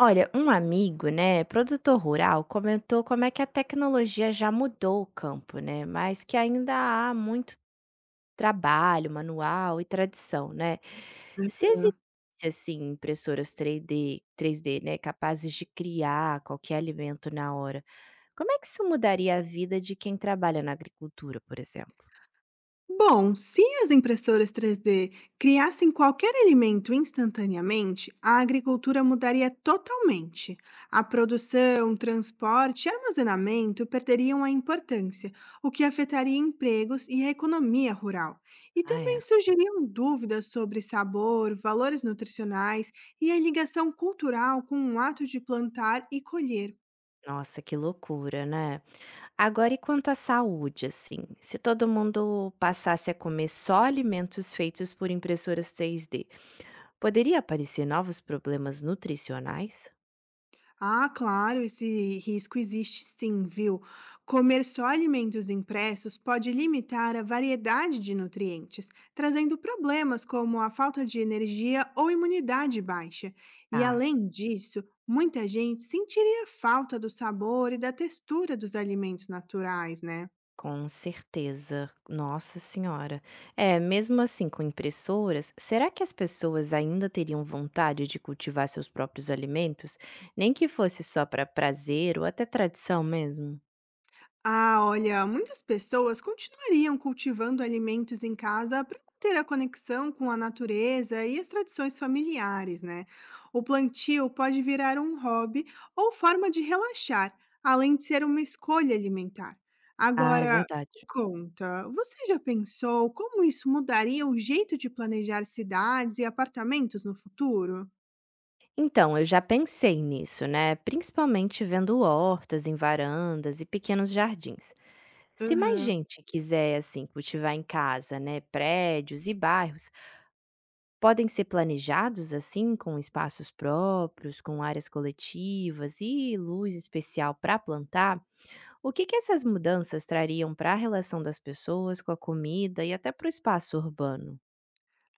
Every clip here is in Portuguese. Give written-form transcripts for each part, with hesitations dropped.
Olha, um amigo, né, produtor rural, comentou como é que a tecnologia já mudou o campo, né, mas que ainda há muito trabalho manual e tradição, né? Se existisse, Aham. assim, impressoras três d né, capazes de criar qualquer alimento na hora, como é que isso mudaria a vida de quem trabalha na agricultura, por exemplo? Bom, se as impressoras 3D criassem qualquer alimento instantaneamente, a agricultura mudaria totalmente. A produção, transporte e armazenamento perderiam a importância, o que afetaria empregos e a economia rural. E Ah, também é. surgiriam dúvidas sobre sabor, valores nutricionais e a ligação cultural com o ato de plantar e colher. Nossa, que loucura, né? Agora e quanto à saúde, assim, se todo mundo passasse a comer só alimentos feitos por impressoras 3D, poderia aparecer novos problemas nutricionais? Ah, claro, esse risco existe sim, viu? Comer só alimentos impressos pode limitar a variedade de nutrientes, trazendo problemas como a falta de energia ou imunidade baixa. E Ah, além disso, muita gente sentiria falta do sabor e da textura dos alimentos naturais, né? com certeza. Nossa senhora. É, mesmo assim, com impressoras, será que as pessoas ainda teriam vontade de cultivar seus próprios alimentos, nem que fosse só para prazer ou até tradição mesmo? Ah, olha, muitas pessoas continuariam cultivando alimentos em casa para manter a conexão com a natureza e as tradições familiares, né? O plantio pode virar um hobby ou forma de relaxar, além de ser uma escolha alimentar. Ah, é Agora, me verdade. conta, você já pensou como isso mudaria o jeito de planejar cidades e apartamentos no futuro? Então, eu já pensei nisso, né? Principalmente vendo hortas em varandas e pequenos jardins. Se mais Aham. gente quiser, assim, cultivar em casa, né? Prédios e bairros podem ser planejados assim, com espaços próprios, com áreas coletivas e luz especial para plantar. O que que essas mudanças trariam para a relação das pessoas com a comida e até para o espaço urbano?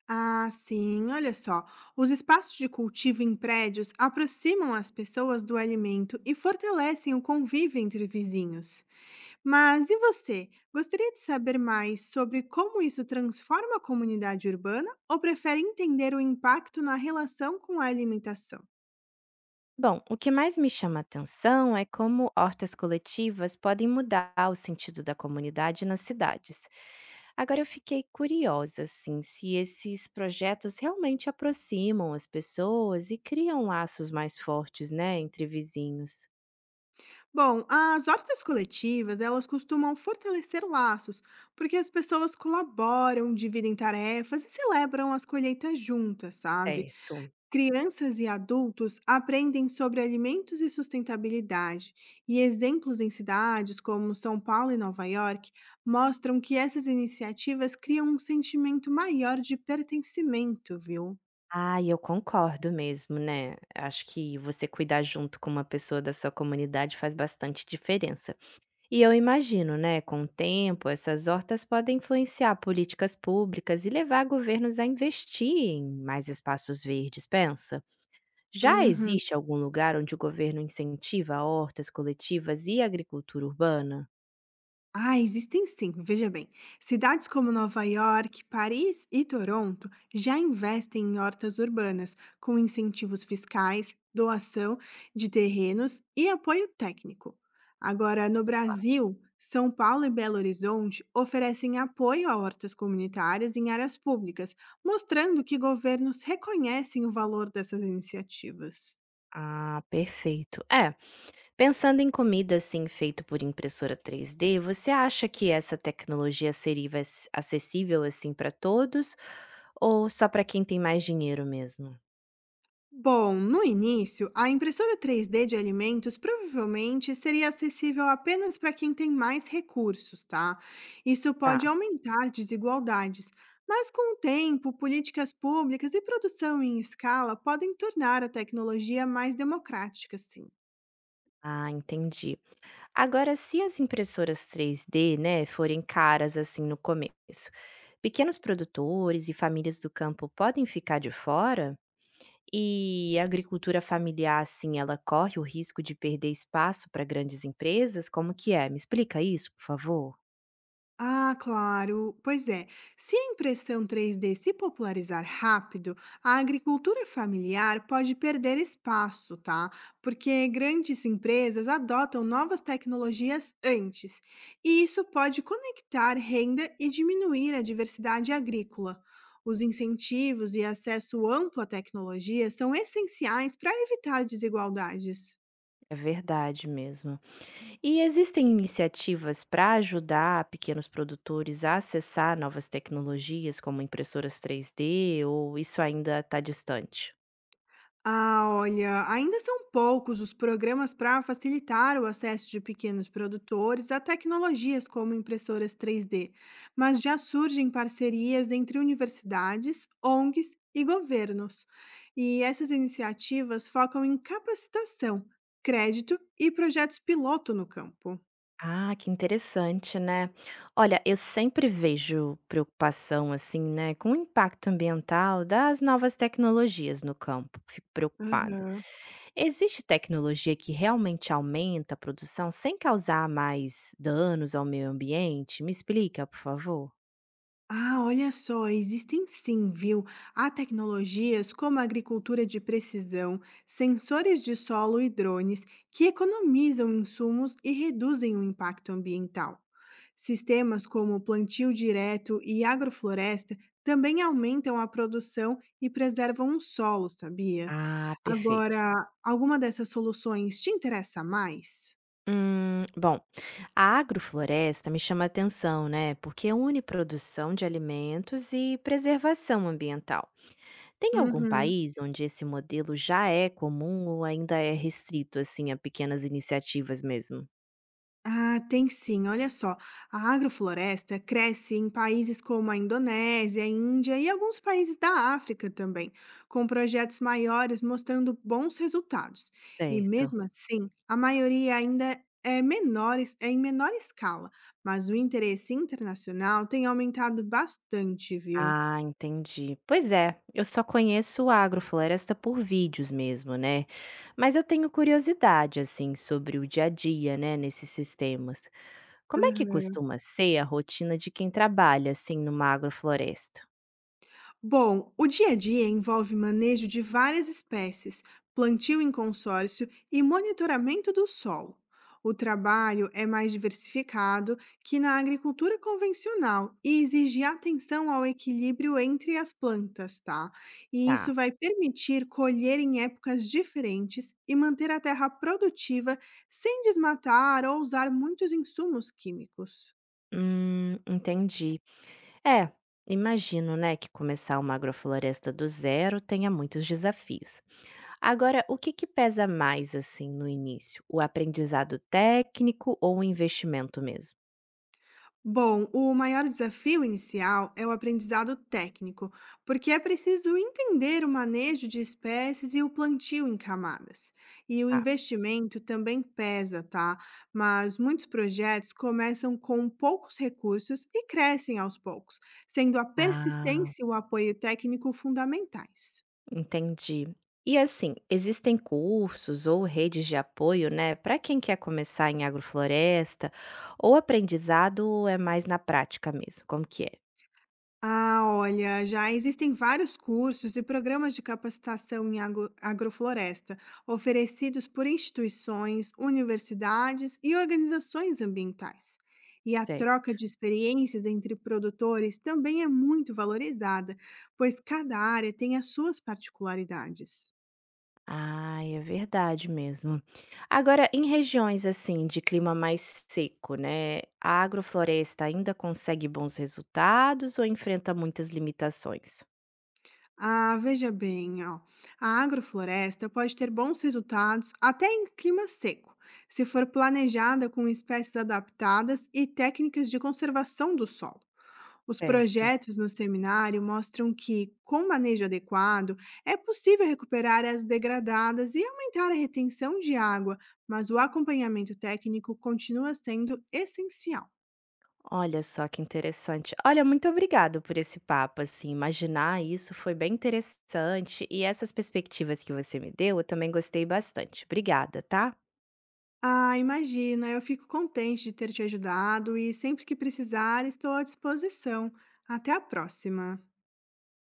Ah, sim, olha só. Os espaços de cultivo em prédios aproximam as pessoas do alimento e fortalecem o convívio entre vizinhos. Mas e você? Gostaria de saber mais sobre como isso transforma a comunidade urbana ou prefere entender o impacto na relação com a alimentação? Bom, o que mais me chama a atenção é como hortas coletivas podem mudar o sentido da comunidade nas cidades. Agora eu fiquei curiosa, assim, se esses projetos realmente aproximam as pessoas e criam laços mais fortes, né, entre vizinhos. Bom, as hortas coletivas, elas costumam fortalecer laços, porque as pessoas colaboram, dividem tarefas e celebram as colheitas juntas, sabe? Certo. Crianças e adultos aprendem sobre alimentos e sustentabilidade, e exemplos em cidades como São Paulo e Nova York mostram que essas iniciativas criam um sentimento maior de pertencimento, viu? Ah, eu concordo mesmo, né? Acho que você cuidar junto com uma pessoa da sua comunidade faz bastante diferença. E eu imagino, né, com o tempo, essas hortas podem influenciar políticas públicas e levar governos a investir em mais espaços verdes, pensa? Já Uhum. existe algum lugar onde o governo incentiva hortas coletivas e agricultura urbana? Ah, existem sim, veja bem. Cidades como Nova York, Paris e Toronto já investem em hortas urbanas, com incentivos fiscais, doação de terrenos e apoio técnico. Agora, no Brasil, São Paulo e Belo Horizonte oferecem apoio a hortas comunitárias em áreas públicas, mostrando que governos reconhecem o valor dessas iniciativas. Ah, perfeito. É, pensando em comida assim feito por impressora 3D, você acha que essa tecnologia seria acessível assim para todos ou só para quem tem mais dinheiro mesmo? Bom, no início, a impressora 3D de alimentos provavelmente seria acessível apenas para quem tem mais recursos, tá? Isso pode Tá. aumentar desigualdades, mas com o tempo, políticas públicas e produção em escala podem tornar a tecnologia mais democrática, sim. Ah, entendi. Agora, se as impressoras 3D, né, forem caras assim no começo, pequenos produtores e famílias do campo podem ficar de fora? E a agricultura familiar, assim, ela corre o risco de perder espaço para grandes empresas? Como que é? Me explica isso, por favor. Ah, claro. Pois é. Se a impressão 3D se popularizar rápido, a agricultura familiar pode perder espaço, tá? Porque grandes empresas adotam novas tecnologias antes, e isso pode conectar renda e diminuir a diversidade agrícola. Os incentivos e acesso amplo à tecnologia são essenciais para evitar desigualdades. É verdade mesmo. E existem iniciativas para ajudar pequenos produtores a acessar novas tecnologias como impressoras 3D ou isso ainda está distante? Ah, olha, ainda são poucos os programas para facilitar o acesso de pequenos produtores a tecnologias como impressoras 3D, mas já surgem parcerias entre universidades, ONGs e governos. E essas iniciativas focam em capacitação, crédito e projetos piloto no campo. Ah, que interessante, né. Olha, eu sempre vejo preocupação, assim, né, com o impacto ambiental das novas tecnologias no campo, fico preocupada. Existe tecnologia que realmente aumenta a produção sem causar mais danos ao meio ambiente? Me explica, por favor. Ah, olha só, existem sim, viu? Há tecnologias como a agricultura de precisão, sensores de solo e drones que economizam insumos e reduzem o impacto ambiental. Sistemas como plantio direto e agrofloresta também aumentam a produção e preservam o solo, sabia? Ah, perfeito. Agora, alguma dessas soluções te interessa mais? Bom, a agrofloresta me chama a atenção, né, porque une produção de alimentos e preservação ambiental. Tem algum Uhum. país onde esse modelo já é comum ou ainda é restrito, assim, a pequenas iniciativas mesmo? Ah, tem sim. Olha só, a agrofloresta cresce em países como a Indonésia, a Índia e alguns países da África também, com projetos maiores mostrando bons resultados. E Certo. mesmo assim, a maioria ainda é menor, é em menor escala, mas o interesse internacional tem aumentado bastante, viu? Ah, entendi. Pois é, eu só conheço agrofloresta por vídeos mesmo, né? Mas eu tenho curiosidade, assim, sobre o dia a dia, né, nesses sistemas. Como é que costuma ser a rotina de quem trabalha, assim, numa agrofloresta? Bom, o dia a dia envolve manejo de várias espécies, plantio em consórcio e monitoramento do solo. O trabalho é mais diversificado que na agricultura convencional e exige atenção ao equilíbrio entre as plantas, tá? E isso Tá. vai permitir colher em épocas diferentes e manter a terra produtiva sem desmatar ou usar muitos insumos químicos. Entendi. É, imagino, né, que começar uma agrofloresta do zero tenha muitos desafios. Agora, o que que pesa mais assim no início? O aprendizado técnico ou o investimento mesmo? Bom, o maior desafio inicial é o aprendizado técnico, porque é preciso entender o manejo de espécies e o plantio em camadas. E o Ah, investimento também pesa, tá? Mas muitos projetos começam com poucos recursos e crescem aos poucos, sendo a ah, persistência e o apoio técnico fundamentais. entendi. E assim, existem cursos ou redes de apoio, né, para quem quer começar em agrofloresta, ou aprendizado é mais na prática mesmo? Como que é? Ah, olha, já existem vários cursos e programas de capacitação em agrofloresta, oferecidos por instituições, universidades e organizações ambientais. E a Sei. troca de experiências entre produtores também é muito valorizada, pois cada área tem as suas particularidades. Ah, é verdade mesmo. Agora, em regiões assim de clima mais seco, né, a agrofloresta ainda consegue bons resultados ou enfrenta muitas limitações? Ah, veja bem, ó. A agrofloresta pode ter bons resultados até em clima seco, se for planejada com espécies adaptadas e técnicas de conservação do solo. Os Certo. projetos no seminário mostram que, com manejo adequado, é possível recuperar áreas degradadas e aumentar a retenção de água, mas o acompanhamento técnico continua sendo essencial. Olha só que interessante. Olha, muito obrigado por esse papo, assim, imaginar isso foi bem interessante e essas perspectivas que você me deu, eu também gostei bastante. Obrigada, tá? Ah, imagina, eu fico contente de ter te ajudado e sempre que precisar, estou à disposição. Até a próxima.